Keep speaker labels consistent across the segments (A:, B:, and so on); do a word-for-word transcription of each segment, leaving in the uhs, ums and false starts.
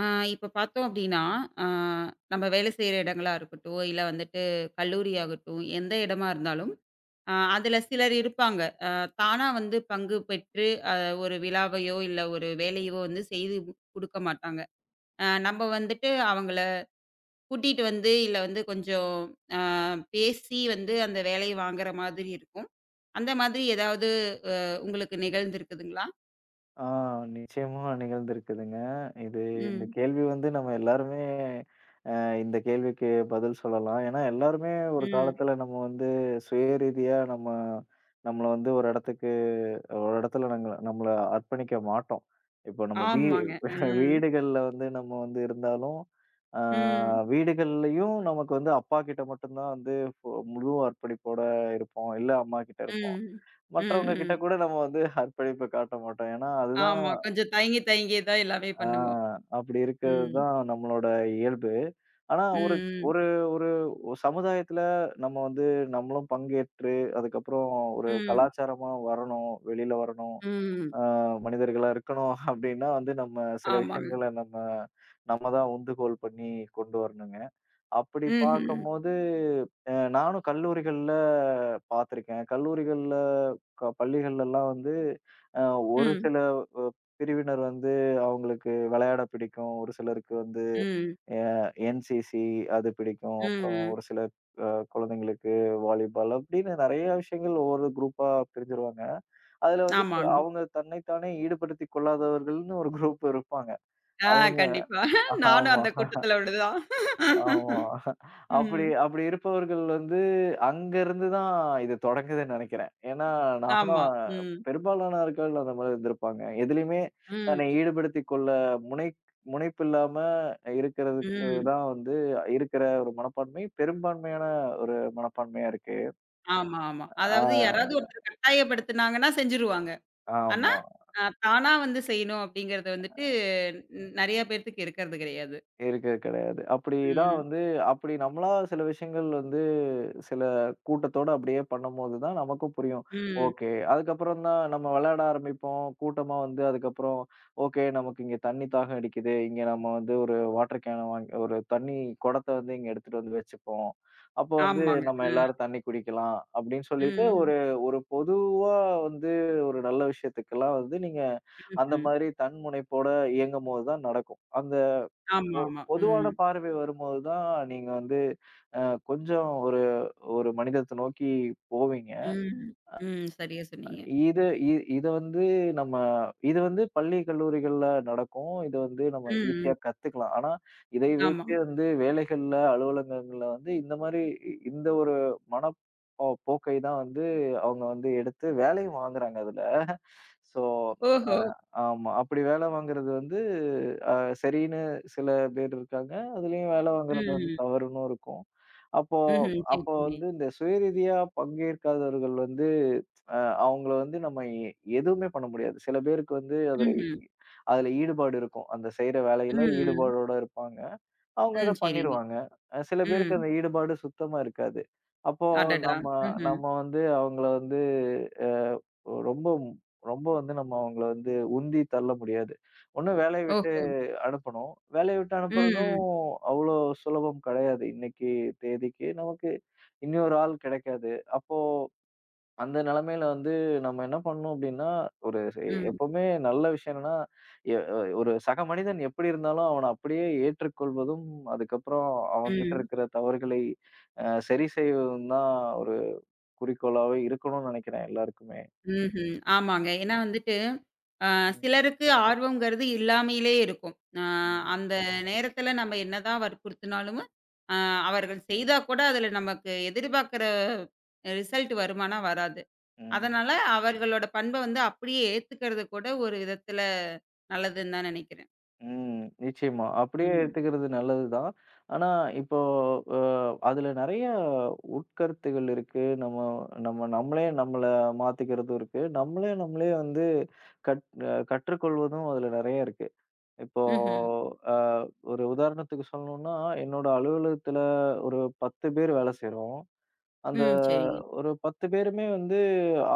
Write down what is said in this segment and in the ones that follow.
A: ஆ இப்ப பார்த்தோம் அப்டின்னா, ஆ நம்ம வேலை செய்ற இடங்களா இருக்கட்டும், இல்ல வந்துட்டு கல்லூரி ஆகட்டும், எந்த இடமா இருந்தாலும், அ அதுல சிலர் இருப்பாங்க. அ தானா வந்து பங்கு பெற்று ஆஹ் ஒரு விழாவையோ, இல்ல ஒரு வேலையவோ வந்து செய்து குடுக்க மாட்டாங்க. அ நம்ம வந்துட்டு அவங்கள கூட்டிட்டு வந்து, இல்ல வந்து கொஞ்சம் அ பேசி வந்து அந்த வேலைய வாங்குற மாதிரி இருக்கும். அந்த மாதிரி ஏதாவது அ உங்களுக்கு நிகழ்ந்திருக்குதுங்களா?
B: ஆ நிச்சயமா நிகழ்ந்திருக்குதுங்க. இது இந்த
A: ம்,
B: கேள்வி வந்து நம்ம எல்லாருமே அ இந்த கேள்விக்கு பதில் சொல்லலாம். ஏன்னா, எல்லாருமே ஒரு
A: ம்.
B: காலத்துல நம்ம வந்து சுயரீதியா நம்ம நம்மள வந்து ஒரு இடத்துக்கு ஒரு இடத்துல நாங்க நம்மள அர்ப்பணிக்க மாட்டோம். இப்போ நம்ம வீ
A: ஆமாங்க. ம்,
B: வீடுகள்ல வந்து நம்ம வந்து இருந்தாலும், ஆ
A: ம்,
B: வீடுகள்லயும் நமக்கு வந்து அப்பா கிட்ட மட்டும் தான் வந்து ஃபு முழு அர்ப்பணிப்போட இருப்போம். இல்ல அம்மா கிட்ட இருப்போம்.
A: ம், ம்,
B: மற்றவங்க கிட்ட
A: ம்.
B: கூட நம்ம வந்து அர்ப்பணிப்பு காட்ட மாட்டோம். ஏன்னா, அதுதான்
A: ஆமா. கொஞ்சம் தயங்கி தயங்கி தான் எல்லாமே
B: ஆ
A: பண்ணுவோம்.
B: அப்படி இருக்கிறது
A: ம்.
B: தான் நம்மளோட இயல்பு. ஆனா, ஒரு
A: ம்.
B: ஒரு ஒரு சமுதாயத்துல நம்ம வந்து நம்மளும் பங்கேற்று, அதுக்கப்புறம் ஒரு
A: ம். ம்.
B: கலாச்சாரமா வரணும், வெளியில வரணும்,
A: ம்.
B: ஆ மனிதர்களா இருக்கணும் அப்படின்னா வந்து நம்ம சில
A: ஆமாங்க.
B: விஷயங்கள நம்ம நம்ம தான் உந்துகோல் பண்ணி கொண்டு வரணுங்க. அப்படி
A: ம்ஹ்ம்.
B: பார்க்கும்போது, அ நானும் கல்லூரிகள்ல பார்த்துருக்கேன். கல்லூரிகள்ல, க பள்ளிகள்லலாம் வந்து, அ ஒரு
A: ம்.
B: சில அ பிரிவினர் வந்து அவங்களுக்கு விளையாட பிடிக்கும். ஒரு சிலருக்கு வந்து
A: ம்.
B: அ என்சிசி அது பிடிக்கும்.
A: ம்.
B: அப்புறம்
A: ம்.
B: ஒரு சில அ குழந்தைங்களுக்கு வாலிபால் அப்படின்னு நெறைய விஷயங்கள் ஒவ்வொரு குரூப்பா பிரிஞ்சிருவாங்க. அதுல வந்து ச
A: ஆமாங்க.
B: அவங்க தன்னைத்தானே ஈடுபடுத்திக் கொள்ளாதவர்கள்ன்னு ஒரு குரூப் இருப்பாங்க.
A: ஆ
B: அவங்க
A: கண்டிப்பா. நானும்
B: ஆமா.
A: அந்த கூட்டத்துல ஒண்ணுதான்.
B: ஆமா. அப்படி
A: ம்.
B: அப்படி இருப்பவர்கள் வந்து அங்கருந்து தான் இது தொடங்குதுன்னு நெனைக்கிறேன். ஏன்னா, நான்லாம்
A: ஆமா. ம்.
B: பெரும்பாலானவர்கள் அந்த மாரி இருந்திருப்பாங்க. எதிலயுமே
A: ம்.
B: தன்னை ஈடுபடுத்திக் கொள்ள முனை முனைப்பில்லாம இருக்கிறதுக்கு
A: ம்.
B: தான் வந்து இருக்கிற ஒரு மனப்பான்மை பெரும்பான்மையான ஒரு மனப்பான்மையா இருக்கு.
A: ஆமா, ஆமா.
B: ஆ
A: அதாவது யாராவது ஒருத்தர் கட்டாயப்படுத்துனாங்கன்னா செஞ்சுருவாங்க. ஆனா,
B: ஆமா.
A: அ தானா வந்து செய்யணும் அப்படிங்கிறது வந்துட்டு ன் நெறைய பேத்துக்கு இருக்கிறது கிடையாது.
B: இருக்கறது கிடையாது. அப்படி தான்
A: ம்.
B: வந்து அப்படி நம்மளா சில விஷயங்கள் வந்து சில கூட்டத்தோட அப்படியே பண்ணும்போது தான் நமக்கும் புரியும்.
A: ம்.
B: ஓகே. அதுக்கப்புறம் தான் நம்ம விளையாட ஆரம்பிப்போம். கூட்டமா வந்து அதுக்கப்புறம், ஓகே நமக்கு இங்க தண்ணி தாகம் அடிக்குது. இங்க நம்ம வந்து ஒரு வாட்டர் கேன வாங்கி ஒரு தண்ணி குடத்த வந்து இங்க எடுத்துட்டு வந்து வச்சுப்போம். அப்ப வந்து
A: ஆமாங்க.
B: நம்ம
A: அ.
B: எல்லாரும் தண்ணி குடிக்கலாம் அப்படின்னு சொல்லிட்டு,
A: ம்.
B: ஒரு ஒரு பொதுவா வந்து ஒரு நல்ல விஷயத்துக்கெல்லாம் வந்து நீங்க அந்த
A: ம்ஹ்ம்.
B: மாதிரி தன்முனைப்போட இயங்கும்போது தான் நடக்கும். அந்த
A: ஆமா,
B: பொ
A: ஆமா.
B: பொதுவான
A: ம்.
B: பார்வை வரும்போது தான் நீங்க வந்து கொஞ்சம் ஒரு ஒரு மனிதத்த நோக்கி போவீங்க.
A: ம். ம். சரியா சொன்னீங்க.
B: இது இ இது வந்து நம்ம இது வந்து பள்ளி, கல்லூரிகள்ல நடக்கும். இது வந்து நம்ம
A: ம். ம்.
B: ஈஸியா கத்துக்கலாம். ஆனா, இதை
A: ஆமா.
B: வைத்து வந்து வேலைகள்ல, அலுவலகங்கள்ல வந்து இந்த மாரி இ இந்த ஒரு மனப்போ போக்கை தான் வந்து அவங்க வந்து எடுத்து வேலையும் வாங்குறாங்க அதுல. ஸோ
A: ஓஹோ!
B: ஆமா. அப்படி வேலை வாங்குறது வந்து அ சரின்னு சில பேர் இருக்காங்க. அதுலயும் வேலை வாங்குறது வந்து
A: ம்.
B: தவறுன்னும் இருக்கும். அப்போ
A: ம்ஹ்ம். சரி,
B: அப்போ
A: சரி.
B: வந்து இந்த சுயரீதியா பங்கேற்காதவர்கள் வந்து அ அவங்கள வந்து நம்ம எ எதுவுமே பண்ண முடியாது. சில பேருக்கு வந்து அதுல
A: ம்ஹ்ம்.
B: அதுல ஈடுபாடு இருக்கும். அந்த செய்ற
A: ம்.
B: வேலையில
A: ம்.
B: ஈடுபாடோட இருப்பாங்க. அவங்க அத
A: ம். சரிங்க.
B: பண்ணிருவாங்க. அ சில பேருக்கு
A: ம்.
B: அந்த ஈடுபாடு சுத்தமா இருக்காது. அப்போ
A: அடடா!
B: நம்ம
A: ம்ஹ்ம்.
B: நம்ம வந்து அவங்கள வந்து அ ரொம்ப ரொம்ப வந்து நம்ம அவங்கள வந்து உந்தி தள்ள முடியாது. ஒண்ணு வேலைய விட்டு
A: ஓஹோ!
B: அனுப்பணும். வேலைய விட்டு அனுப்புறதும்
A: ம்.
B: அவ்வளோ சுலபம் கிடையாது. இன்னைக்கு தேதிக்கு நமக்கு இன்னொரு ஆள் கிடைக்காது. அப்போ அந்த நிலைமையில வந்து நம்ம என்ன பண்ணணும் அப்டின்னா, ஒரு செ
A: ம்.
B: எப்பவுமே நல்ல விஷயம் என்னன்னா, எ அ ஒரு சக மனிதன் எப்படி இருந்தாலும் அவன அப்படியே ஏற்றுக்கொள்வதும், அதுக்கப்புறம் அவன்கிட்ட
A: ம்.
B: இருக்கிற தவறுகளை அ சரி செய்வதும் தான் ஒரு குறிக்கோளாவே இருக்கணும்னு நெனைக்கிறேன் எல்லாருக்குமே.
A: ம்ஹ்ம். ஆமாங்க. ஏன்னா வந்துட்டு, அ
B: ம்,
A: சிலருக்கு ஆர்வம்ங்கிறது இல்லாமையிலே இருக்கும். அ
B: ம்.
A: அந்த நேரத்தில நம்ம என்னதான் வற்புறுத்தினாலும், அ அவர்கள் செய்தா கூட அதில நமக்கு எதிர்பார்க்கிற ரிசல்ட் வருமானா? வராது.
B: ம்.
A: அதனால அவர்களோட பண்ப வந்து அப்படியே ஏத்துக்கிறது கூட ஒரு விதத்துல நல்லதுன்னு தான் நினைக்கிறேன்.
B: ம். நிச்சயமா. அப்படியே
A: ம்.
B: எடுத்துக்கிறது நல்லதுதான். ஆனா, இப்போ அ அதுல நெறைய உட்கருத்துகள் இருக்கு. நம்ம நம்ம நம்மளே நம்மள மாத்திக்கிறதும் இருக்கு. நம்மளே நம்மளே வந்து கற் அ கற்றுக்கொள்வதும் அதுல நெறைய இருக்கு. இப்போ
A: ம்ஹ்ம்.
B: அ ஒரு உதாரணத்துக்கு சொல்லணும்னா, என்னோட அலுவலகத்துல ஒரு பத்து பேர் வேலை செய்றோம். அந்த
A: ம். சரிங்க.
B: ஒரு பத்து பேருமே வந்து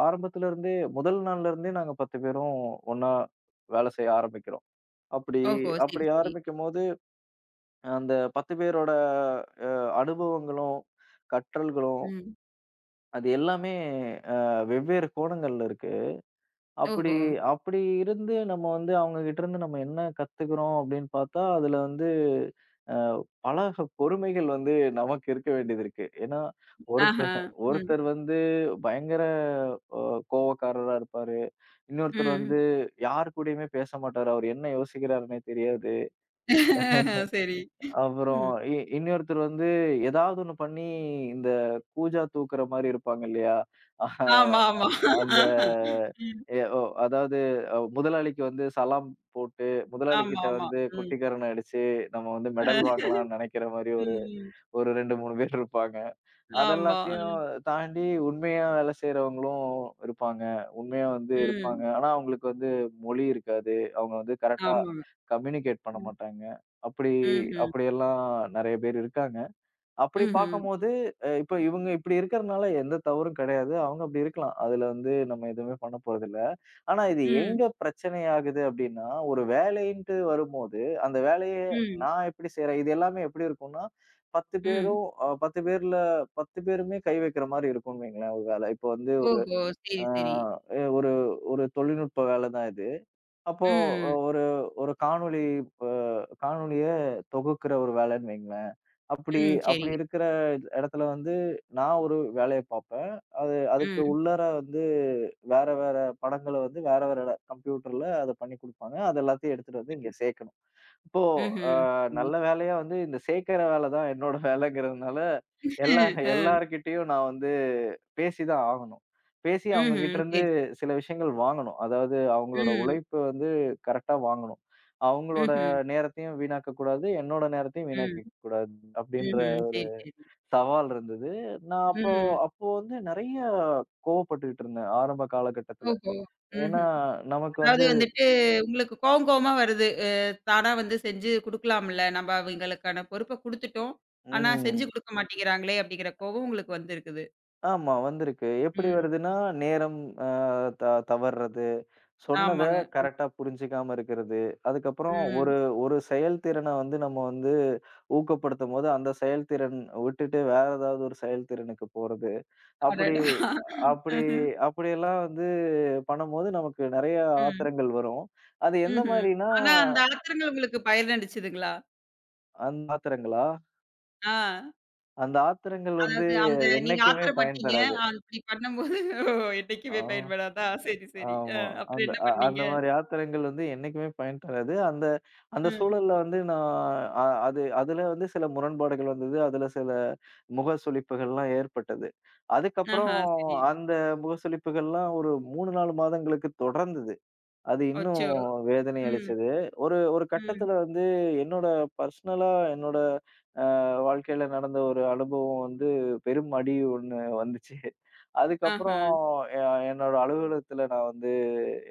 B: ஆரம்பத்துல இருந்தே முதல் நாள்ல இருந்தே நாங்க பத்து பேரும் ஒண்ணா வேலை செய்ய ஆரம்பிக்கிறோம். அப்படி
A: ஓஹோ! சரி,
B: அப்படி
A: சரி.
B: ஆரம்பிக்கும்போது, அந்த பத்து பேரோட அ அனுபவங்களும், கற்றல்களும்
A: ம்.
B: அது எல்லாமே அ வெவ்வேறு கோணங்கள்ல இருக்கு. அப்படி
A: ஓஹோ!
B: அப்படி இருந்து நம்ம வந்து அவங்க கிட்ட இருந்து நம்ம என்ன கத்துக்கிறோம் அப்படின்னு பார்த்தா, அதுல வந்து அ பல பொறுமைகள் வந்து நமக்கு இருக்க வேண்டியது இருக்கு. ஏன்னா,
A: ஆஹா.
B: ஒருத்தர்
A: ம்.
B: ஒருத்தர் வந்து பயங்கர அ கோவக்காரரா இருப்பாரு. இன்னொருத்தர்
A: ம்.
B: வந்து யார் கூடயுமே பேச மாட்டாரு. அவர் என்ன யோசிக்கிறாருன்னே தெரியாது.
A: சரி.
B: அப்புறம்
A: ம்.
B: இ இன்னொருத்தர் வந்து ஏதாவது ஒண்ணு பண்ணி இந்த கூஜா தூக்குற மாரி இருப்பாங்க இல்லையா? அஹ்
A: ஆமா, ஆமா.
B: அந்த
A: ம்.
B: எ ஓ அதாவது அ முதலாளிக்கு வந்து சலாம் போட்டு,
A: ஆமா,
B: முதலாளிகிட்ட
A: ஆமா.
B: வந்து
A: ம்.
B: குட்டிக்கரணம் அடிச்சு, நம்ம வந்து மெடல் வாங்கலாம்னு நெனைக்கிற மாரி ஒரு
A: ம்.
B: ஒரு ரெண்டு, மூணு பேர் இருப்பாங்க.
A: ஆமா.
B: அதெல்லாத்தையும் தாண்டி உண்மையா வேலை செய்றவங்களும் இருப்பாங்க. உண்மையா வந்து
A: ம்.
B: இருப்பாங்க. ஆனா, அவங்களுக்கு வந்து மொழி இருக்காது. அவங்க வந்து கரெக்ட்டா
A: ஆமாங்க.
B: கம்யூனிகேட் பண்ண
A: ம்.
B: மாட்டாங்க. அப்படி
A: ம்ஹ்ம்.
B: அப்படியெல்லாம் நெறைய பேர் இருக்காங்க. அப்படி
A: ம்ஹ்ம்.
B: பார்க்கும்போது, அ இப்ப இவங்க இப்படி இருக்கிறனால எந்த தவறும் கிடையாது. அவங்க அப்படி இருக்கலாம். அதுல வந்து நம்ம எதுவுமே பண்ண போறதில்ல. ஆனா இது
A: ம்.
B: எங்க பிரச்சனை ஆகுது அப்படின்னா, ஒரு வேலைன்ட்டு வரும்போது, அந்த வேலைய
A: ம்.
B: நான் எப்படி செய்றேன்? இது எல்லாமே எப்படி இருக்கும்னா, 10
A: ம்.
B: பேரும் அ பத்து பேர்ல பத்து பேருமே கை வைக்கிற மாரி இருக்கும்னு வைங்களேன் ஒரு வேலை. இப்போ வந்து ஒரு
A: ஓஹோ! சரி,
B: அ
A: சரி.
B: ஒரு ஒரு தொழில்நுட்ப வேலை தான் இது. அப்போ
A: ம்.
B: அஹ் ஒரு ஒரு காணொளி அ காணொளிய தொகுக்கிற ஒரு வேலைன்னு வைங்களேன். அப்படி
A: ம்.
B: அப்படி
A: சரிங்க.
B: இருக்கிற இடத்துல வந்து, நான் ஒரு வேலைய பார்ப்பேன். அது அதுக்கு
A: ம்.
B: உள்ளார வந்து வேற, வேற படங்கள வந்து வேற, வேற கம்ப்யூட்டர்ல அத பண்ணி குடுப்பாங்க. அது எல்லாத்தையும் எடுத்துட்டு வந்து இங்க சேர்க்கணும். இப்போ அ
A: ம்ஹ்ம். சரி.
B: நல்ல வேளையா வந்து இந்த சேர்க்கிற வேல தான் என்னோட வேலைங்கிறதுனால, எல்லா
A: அ.
B: எல்லார்கிட்டயும் நான் வந்து பேசி தான் ஆகணும். பேசி அவங்க
A: ம்ஹ்ம்.
B: கிட்டருந்து
A: சரி.
B: சில விஷயங்கள் வாங்கணும். அதாவது அவங்களோட
A: ம்.
B: உழைப்பு வந்து கரெக்ட்டா வாங்கணும். அவங்களோட
A: ம்ஹ்ம்.
B: நேரத்தையும் வீணாக்கக் கூடாது. என்னோட நேரத்தையும்
A: ம்.
B: வீணாக்கிக்க கூடாது அப்டின்ற
A: ம்ஹ்ம்.
B: ஒரு
A: சரி, சரி.
B: சவால் இருந்தது. நான் அப்போ
A: ம்.
B: அப்போ வந்து நெறைய கோவப்பட்டுக்கிட்டு இருந்தேன் ஆரம்ப காலகட்டத்துல.
A: ஓஹோ!
B: ஏன்னா
A: ம்ஹ்ம்.
B: நமக்கு
A: அதாவது
B: வந்து
A: வந்துட்டு உங்களுக்கு கோவம் கோவமா வருது. அ தானா வந்து செஞ்சு குடுக்கலாம்ல. நம்ம அவங்களுக்கான பொறுப்ப குடுத்துட்டோம். ஆனா செஞ்சு
B: ம்.
A: குடுக்க மாட்டேங்கிறாங்களே அப்படிங்கிற கோவம் உங்களுக்கு வந்திருக்குது.
B: ஆமா வந்திருக்கு. எப்படி
A: ம்.
B: வருதுன்னா, நேரம் அ த தவறுறது, சொன்னத
A: ஆமாங்க.
B: கரெக்ட்டா புரிஞ்சுக்காம இருக்கிறது. அதுக்கப்புறம்
A: ம்.
B: ஒரு ஒரு செயல்திறன வந்து நம்ம வந்து ஊக்கப்படுத்தும்போது, அந்த செயல்திறன் விட்டுட்டு வேற ஏதாவது ஒரு செயல்திறனுக்கு போறது. அப்படி
A: அடடா!
B: அப்படி
A: ம்ஹ்ம்.
B: அப்படியெல்லாம் வந்து பண்ணும்போது நமக்கு நெறைய
A: ம்.
B: ஆத்திரங்கள் வரும். அது எந்த
A: ம்ஹ்ம்.
B: மாரின்னா,
A: ஆனா அந்த ஆத்திரங்கள் உங்களுக்கு பயனளிச்சதுங்களா?
B: அந்த ஆத்திரங்களா?
A: ஆ.
B: அந்த ஆத்திரங்கள் வந்து
A: அதாவது அந்த நீங்க
B: என்னைக்குமே பயன்
A: ஆத்திரப்பட்டீங்க.
B: தராது.
A: அ, அப்படி பண்ணும்போது ஓ
B: ஆ.
A: என்னைக்குமே பயன்படாதா? சரி, சரி. அ
B: ஆமா.
A: அப்புறம்
B: அந்த
A: என்ன
B: அ
A: பண்ணீங்க?
B: அந்த மாரி ஆத்திரங்கள் வந்து என்னைக்குமே பயன் தராது. அந்த அந்த
A: ம்.
B: சூழல்ல வந்து நான் அ அது அதுல வந்து சில முரண்பாடுகள் வந்தது. அதுல சில முக சுளிப்புகள்லாம் ஏற்பட்டது.
A: ஆஹா,
B: அதுக்கப்புறம்
A: சரி.
B: அந்த முக சுளிப்புகள்லாம் ஒரு மூணு, நாலு மாதங்களுக்கு தொடர்ந்தது. அது இன்னும்
A: அச்சோ!
B: வேதனை
A: ம்,
B: அளிச்சது. ஒரு ஒரு
A: ம்.
B: கட்டத்துல வந்து என்னோட பர்சனலா என்னோட அ வாழ்க்கையில நடந்த ஒரு அனுபவம் வந்து பெரும் அடி ஒண்ணு வந்துச்சு.
A: ஆஹா.
B: அதுக்கப்புறம் எ என்னோட அலுவலகத்துல நான் வந்து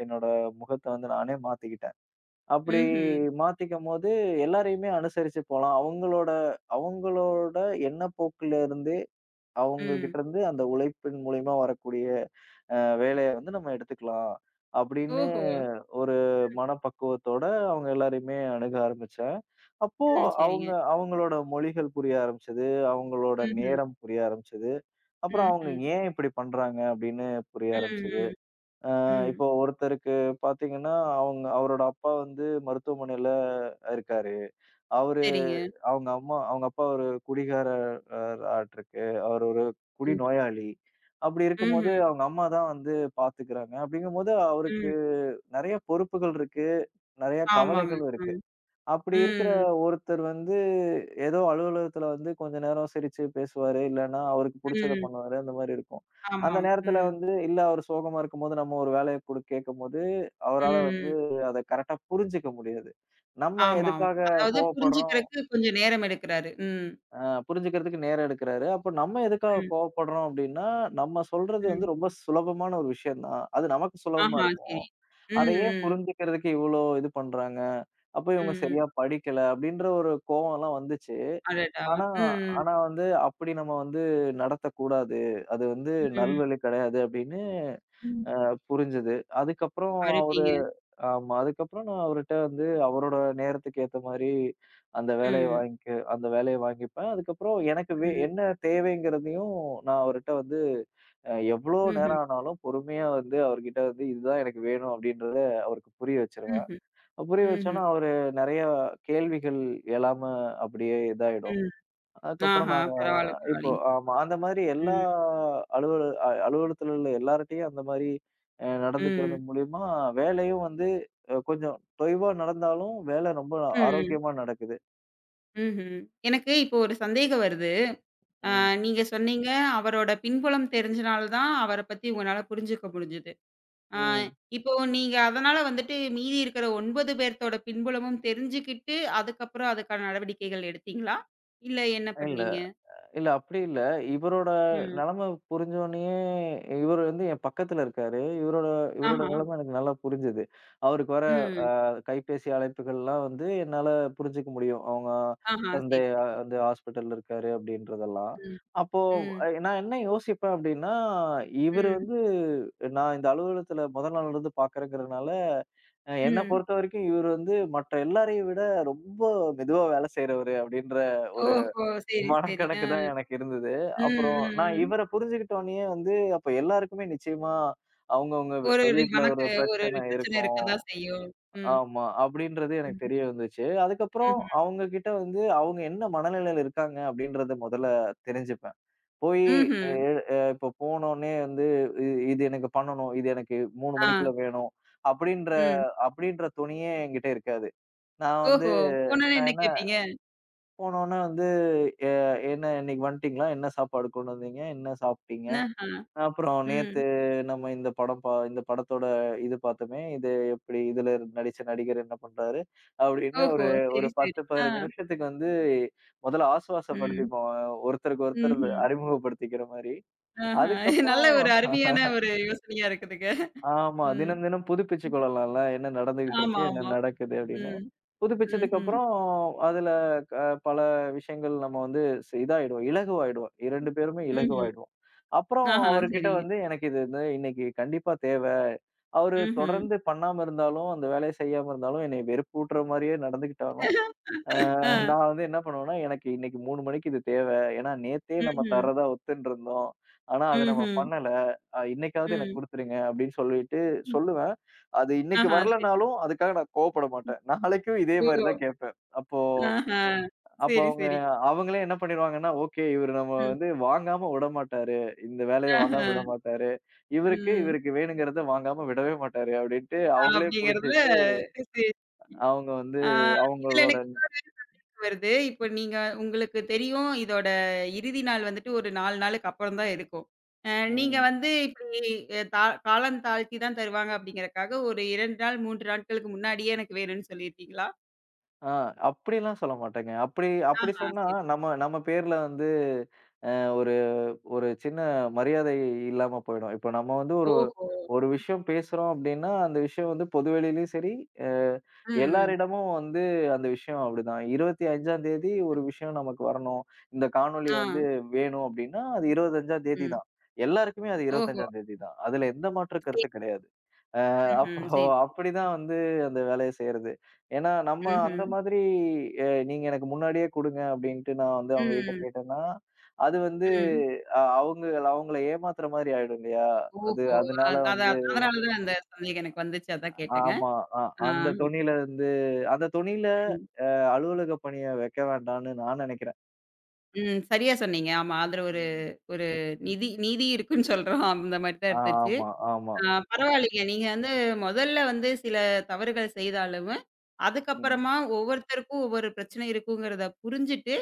B: என்னோட முகத்த வந்து நானே மாத்திக்கிட்டேன். அப்படி
A: ம்ஹ்ம்.
B: மாத்திக்கும்போது எல்லாரையுமே அனுசரிச்சு போலாம். அவங்களோட அவங்களோட எண்ணப்போக்குல இருந்தே, அவங்க
A: ம்.
B: கிட்டருந்து அந்த உழைப்பின் மூலியமா வரக்கூடிய அ வேலைய வந்து நம்ம எடுத்துக்கலாம். அப்படின்னு
A: ஓஹோ!
B: ஒரு
A: ம்,
B: மனப்பக்குவத்தோட அவங்க எல்லாரையுமே அணுக ஆரம்பிச்சேன். அப்போ
A: ம். சரிங்க.
B: அவங்க அவங்களோட மொழிகள் புரிய ஆரம்பிச்சது. அவங்களோட
A: ம்ஹ்ம்.
B: நேரம் புரிய ஆரம்பிச்சது. அப்புறம் அவங்க
A: ம்ஹ்ம்.
B: ஏன் இப்படி பண்றாங்க அப்படின்னு புரிய
A: ம்,
B: ஆரம்பிச்சது.
A: ம், ம்.
B: இப்போ ஒருத்தருக்கு பார்த்தீங்கன்னா, அவங்க அவரோட அப்பா வந்து மருத்துவமனையில இருக்காரு. அவரு
A: சரிங்க.
B: அவங்க அம்மா அவங்க அப்பா ஒரு குடிகாரர் ஆட்டிருக்கு. அவர் ஒரு குடி
A: ம்.
B: நோயாளி. அப்படி இருக்கும்போது
A: ம்ஹ்ம்.
B: அவங்க அம்மா தான் வந்து பார்த்துக்கிறாங்க. அப்படிங்கும்போது அவருக்கு
A: ம்.
B: நெறைய பொறுப்புகள் இருக்கு. நெறைய
A: ஆமாங்க.
B: கவலைகளும் இருக்கு.
A: ம்.
B: அப்படி இருக்கிற
A: ம்,
B: ஒருத்தர் வந்து ஏதோ அலுவலகத்துல வந்து கொஞ்ச நேரம் சிரிச்சு பேசுவாரு. இல்லன்னா, அவருக்கு புடிச்சத
A: ம்.
B: பண்ணுவாரு. அந்த மாரி இருக்கும். அந்த
A: ஆமாங்க.
B: நேரத்துல
A: ம்,
B: வந்து இல்ல அவரு சோகமா இருக்கும்போது, நம்ம ஒரு வேலைய குடு கேட்கும்போது, அவரால வந்து
A: ம்.
B: அத கரெக்ட்டா புரிஞ்சுக்க முடியாது. நம்ம
A: ஆமாமா.
B: எதுக்காக
A: அதாவது
B: கோவப்படுறோம்
A: புரிஞ்சுக்கிறதுக்கு கொஞ்சம் நேரம் எடுக்கிறாரு. ம்,
B: அ புரிஞ்சுக்கிறதுக்கு நேரம் எடுக்கிறாரு. அப்ப நம்ம எதுக்காக
A: ம்,
B: கோவப்படுறோம் அப்டின்னா, நம்ம சொல்றது
A: ம்.
B: வந்து ரொம்ப சுலபமான ஒரு விஷயம் தான். அது நமக்கு சுலபமா
A: ஆஹா,
B: இருக்கும்.
A: சரி.
B: அத
A: ம்,
B: ஏன்
A: ம்,
B: புரிஞ்சுக்கிறதுக்கு இவ்ளோ இது பண்றாங்க? அப்ப இவங்க
A: ம்.
B: சரியா படிக்கல அப்டின்ற ஒரு கோவம்லாம் வந்துச்சு.
A: அடடா!
B: ஆனா
A: ம்,
B: ஆனா வந்து அப்படி நம்ம வந்து நடத்தக்கூடாது. அது வந்து
A: ம்,
B: நல்வழி கிடையாது அப்படின்னு
A: ம்.
B: அ புரிஞ்சது. அதுக்கப்புறம் அவரு
A: அருமைங்க.
B: ஆமா. அதுக்கப்புறம் நான் அவர்ட்ட வந்து அவரோட நேரத்துக்கு ஏத்த மாரி அந்த வேலைய
A: ம்,
B: வாங்கிக்க அந்த வேலைய வாங்கிப்பேன். அதுக்கப்புறம் எனக்கு வே
A: ம்.
B: என்ன தேவைங்கிறதையும் நான் அவர்ட்ட வந்து அ எவ்வளோ
A: ம்ஹ்ம்,
B: நேரம் ஆனாலும் பொறுமையா வந்து அவர்கிட்ட வந்து இதுதான் எனக்கு வேணும் அப்படின்றத அவருக்கு புரிய வச்சுருவேன்.
A: ம்ஹ்ம்,
B: புரிய வச்சோன்னா
A: ம்ஹ்ம்,
B: அவரு நெறைய கேள்விகள் எழாம அப்படியே இதாயிடும்.
A: ம்.
B: அதுக்கப்புறம்
A: ஆஹா,
B: நாங்க
A: பரவால்ல,
B: இப்போ
A: பரவால்லைங்க.
B: ஆமா. அந்த மாதிரி எல்லா
A: ம்,
B: அலுவல அ அலுவலகத்துல உள்ள எல்லார்ட்டயும் அந்த மாரி அ நடந்துக்கிறது
A: ம்,
B: மூலியமா வேலையும் வந்து அ கொஞ்சம் தொய்வா நடந்தாலும் வேலை ரொம்ப
A: ம்,
B: ஆரோக்கியமா நடக்குது.
A: ம்ஹ்ம். எனக்கு இப்போ ஒரு சந்தேகம் வருது. அ
B: ம்.
A: நீங்க சொன்னீங்க, அவரோட பின்புலம் தெரிஞ்சனால தான் அவர பத்தி உங்கனால புரிஞ்சுக்க முடிஞ்சது. அ
B: ம்.
A: இப்போ நீங்க அதனால வந்துட்டு மீதி இருக்கிற ஒன்பது பேர்த்தோட பின்புலமும் தெரிஞ்சுக்கிட்டு, அதுக்கப்புறம் அதுக்கான நடவடிக்கைகள் எடுத்தீங்களா? இல்ல என்ன
B: இல்ல.
A: பண்ணீங்க?
B: இல்ல அப்படி இல்ல. இவரோட
A: ம்.
B: நெலைமை புரிஞ்சோனயே இவரு வந்து என் பக்கத்துல இருக்காரு. இவரோட இவரோட
A: ஆஹா.
B: நெலைமை எனக்கு நல்லா புரிஞ்சது. அவருக்கு வர
A: ம்.
B: அ கைபேசி அழைப்புகள்லாம் வந்து என்னால புரிஞ்சுக்க முடியும். அவங்க
A: ஆஹா.
B: வந்து
A: சரி,
B: அஹ்,
A: சரி.
B: வந்து ஹாஸ்பிட்டல்ல இருக்காரு அப்படின்றதெல்லாம்.
A: ம்,
B: அப்போ
A: ம்,
B: அ நான் என்ன யோசிப்பேன் அப்படின்னா, இவரு
A: ம்,
B: வந்து நான் இந்த அலுவலகத்துல முதல் நாள்லருந்து பார்க்குறேங்கிறதுனால, அ என்ன
A: ம்.
B: பொறுத்தவரைக்கும் இவரு வந்து மற்ற எல்லாரையும் விட ரொம்ப மெதுவா வேலை செய்றவரு அப்படின்ற ஒரு
A: ஓஹோ! சரி, சரி. ஆ.
B: மனக்கணக்கு தான் எனக்கு இருந்தது.
A: ம்,
B: அப்புறம்
A: ம்,
B: நான்
A: ம்.
B: இவர புரிஞ்சுகிட்டோனயே வந்து, அப்ப எல்லாருக்குமே நிச்சயமா அவங்கவங்க வீ
A: ஒரு ஒரு
B: வீட்ல
A: வணக்க
B: ஒரு
A: ஒரு ஒரு
B: பிரச்சனை
A: பிரச்சனை
B: இருக்கும்.
A: இருக்கதான் செய்யும். ம்,
B: ஆமா. அப்படின்றது எனக்கு
A: ம்,
B: தெரிய வந்துச்சு. அதுக்கப்புறம்
A: ம்ஹ்ம்,
B: அவங்க கிட்ட வந்து அவங்க என்ன மனநிலையில இருக்காங்க அப்படின்றத முதல்ல தெரிஞ்சுப்பேன். போய் எ
A: ம்ஹ்ம்.
B: அ இப்போ போனோனே வந்து இ இது எனக்கு பண்ணணும். இது எனக்கு மூணு
A: ஆ,
B: மணிக்குள்ள வேணும். அப்படின்ற
A: ம்.
B: அப்படின்ற துணியே என்கிட்ட இருக்காது. நான் வந்து
A: ஓஹோ! போனோனே
B: நான்
A: என்ன
B: என்ன
A: கேட்பீங்க?
B: போனோனே வந்து, "எ என்ன இன்னைக்கு வந்துட்டீங்களா? என்ன சாப்பாடு கொண்டு வந்தீங்க? என்ன சாப்பிட்டீங்க?
A: ஆஹா.
B: அப்புறம்
A: ம்.
B: நேத்து நம்ம இந்த படம் பா இந்த படத்தோட இது பார்த்தோமே, இது எப்படி இதுல நடிச்ச நடிகர் என்ன பண்றாரு?" அப்படின்னு
A: ஓஹோ!
B: ஒரு
A: சரி,
B: ஒரு பத்து,
A: சரி. ஆ.
B: பதினைந்து நிமிஷத்துக்கு வந்து முதல்ல
A: ம்,
B: ஆசுவாசப்படுத்திப்போம். ஒருத்தருக்கு ஒருத்தர்
A: ம்ஹ்ம்.
B: அறிமுகப்படுத்திக்கிற மாரி.
A: ஆஹா.
B: அதுக்கப்புறம்
A: நல்ல ஒரு அருமையான ஒரு யோசனையா இருக்குதுங்க.
B: ஆமா.
A: ம்.
B: தினம் தினம் புதுப்பிச்சு கொள்ளலாம்ல. என்ன நடந்துகிட்டு
A: ஆமா,
B: இருக்கு? என்ன
A: ஆமா.
B: நடக்குது? அப்படின்னு.
A: ம்,
B: புதுப்பிச்சதுக்கு
A: ம்ஹ்ம்,
B: அப்புறம் அதுல க பல விஷயங்கள் நம்ம வந்து ஸ் இதாயிடுவோம். இலகுவாயிடுவோம். ரெண்டு பேருமே
A: ம்ஹ்ம்.
B: இலகுவாயிடுவோம். அப்புறம்
A: ஆஹா.
B: அவருகிட்ட
A: சரிங்க.
B: வந்து எனக்கு இது வந்து இன்னைக்கு கண்டிப்பா தேவை. அவரு
A: ம்ஹ்ம்.
B: தொடர்ந்து பண்ணாம இருந்தாலும், அந்த வேலைய செய்யாம இருந்தாலும், என்னைய வெறுப்பூட்டுற மாரியே நடந்துக்கிட்டாலும், ஆ
A: ஆ.
B: நான் வந்து என்ன பண்ணுவேன்னா, எனக்கு இன்னைக்கு மூணு மணிக்கு இது தேவ. ஏன்னா நேத்தே நம்ம
A: ம்ஹ்ம்.
B: தர்றதா ஒத்துன்ருந்தோம். ஆனா அத நம்ம
A: ம்ஹ்ம்.
B: பண்ணல. அ இன்னைக்காவது எனக்கு
A: ம்.
B: குடுத்துருங்க அப்படின்னு சொல்லிட்டு
A: ம்.
B: சொல்லுவேன். அது இன்னைக்கு
A: ஆஹா, சரி.
B: வரலனாலும் அதுக்காக நான் கோவப்பட மாட்டேன். நாளைக்கும் இதே
A: ஓ!
B: மாரி தான் கேட்பேன். அப்போ
A: ஆஹா.
B: அப்போ
A: சரி,
B: அவங்க
A: சரி.
B: அவங்களே என்ன பண்ணிருவாங்கன்னா, ஓகே இவரு நம்ம
A: ம்.
B: வந்து வாங்காம விடமாட்டாரு. இந்த வேலைய வாங்காம
A: ஆஹா.
B: விடமாட்டாரு. இவருக்கு
A: ம்.
B: இவருக்கு வேணுங்கிறத வாங்காம விடவே மாட்டாரு அப்படின்ட்டு அவங்களே
A: அப்படிங்கிறதுல
B: புரிஞ்சுட்டு
A: சரி.
B: அவங்க வந்து
A: ஆ இதுல
B: அவங்களோட
A: எனக்கு இன்னொரு வருது. இப்போ நீங்க உங்களுக்கு தெரியும் இதோட இறுதி நாள் வந்துட்டு ஒரு நாலு நாளுக்கு அப்புறம் தான் இருக்கும். அ நீங்க
B: ம்.
A: வந்து இப்படி அ தா காலம் தாழ்த்தி தான் தருவாங்க அப்படிங்கிறக்காக ஒரு இரண்டு நாள், மூன்று நாட்களுக்கு முன்னாடியே எனக்கு வேணும்னு சொல்லியிருக்கீங்களா?
B: ஆ அப்படிலாம் சொல்ல மாட்டேங்க. அப்படி அப்படி
A: ஆஹா,
B: சொன்னா,
A: சரி.
B: நம்ம நம்ம பேர்ல வந்து அ ஒரு சின்ன மரியாதை இல்லாம போயிடும். இப்ப நம்ம வந்து ஒரு
A: ஓஹோ!
B: ஒரு விஷயம் பேசுறோம் அப்படின்னா, அந்த விஷயம் வந்து பொதுவெளியிலயும் சரி, அ
A: ம். ம்.
B: எல்லாரிடமும் வந்து அந்த விஷயம் அப்படிதான். இருபத்தி ஐந்தாம் தேதி ஒரு விஷயம் நமக்கு வரணும். இந்த காணொளி
A: ஆ.
B: வந்து வேணும் அப்படின்னா, அது இருபத்தி ஐந்தாம் தேதி
A: ம்.
B: தான். எல்லாருக்குமே அது
A: ஓஹோ!
B: இருபத்தி ஐந்தாம் தேதி தான். அதுல எந்த மாற்று
A: சரி.
B: கருத்து கிடையாது. அ
A: ம்ஹ்ம். சரி,
B: அப்போ
A: சரி.
B: அப்படிதான் வந்து அந்த வேலைய செய்றது. ஏன்னா நம்ம அந்த
A: ம்ஹ்ம்.
B: மாதிரி அ நீங்க எனக்கு முன்னாடியே குடுங்க அப்படின்ட்டு நான் வந்து அவங்ககிட்ட
A: ம்,
B: கேட்டேன்னா, அது வந்து
A: ம்.
B: அ அவங்கள அவங்கள ஏமாத்துற மாதிரி ஆயிடும் இல்லையா? அது
A: ஓஹோ!
B: அதனால
A: அது அது
B: வந்து
A: அதனால தான் அந்த சந்தேகம் எனக்கு வந்துச்சு. அதான் கேட்டேங்க.
B: ஆமா. அ
A: ஆ,
B: அந்த தொனியில வந்து அந்த தொனியில
A: ம்.
B: அ அலுவலக பணிய வைக்க வேண்டான்னு நான் நெனைக்கிறேன்.
A: ம். சரியா சொன்னீங்க. ஆமா. அதுல ஒரு
B: ம்.
A: ஒரு நிதி நீதி இருக்குன்னு சொல்றோம். அந்த மாரி தான் இருந்துச்சு.
B: ஆமா, ஆமா.
A: ஆ பரவாயில்லைங்க. நீங்க வந்து முதல்ல வந்து சில தவறுகள் செய்தாலும்,
B: ம்,
A: அதுக்கப்புறமா ஒவ்வொருத்தருக்கும் ஒவ்வொரு பிரச்சனை இருக்குங்கிறத புரிஞ்சுட்டு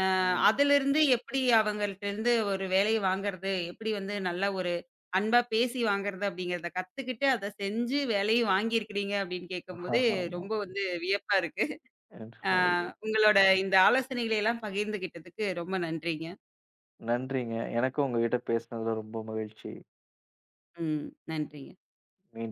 A: அ
B: ம்.
A: அதிலிருந்து எப்படி அவங்கள்ட்டருந்து ஒரு வேலைய வாங்குறது? எப்படி வந்து நல்ல ஒரு அன்பா பேசி வாங்குறது அப்படிங்கிறத கத்துக்கிட்டு, அத செஞ்சு வேலையும் வாங்கியிருக்கிறீங்க அப்படின்னு கேட்கும்போது,
B: ஆமா.
A: ரொம்ப வந்து வியப்பா இருக்கு. அ உங்களோட இந்த ஆலோசனைகளை எல்லாம் பகிர்ந்துகிட்டதுக்கு ரொம்ப நன்றிங்க.
B: நன்றிங்க. எனக்கும் உங்ககிட்ட பேசினதுல ரொம்ப மகிழ்ச்சி.
A: ம். நன்றிங்க.
B: மீண்டும்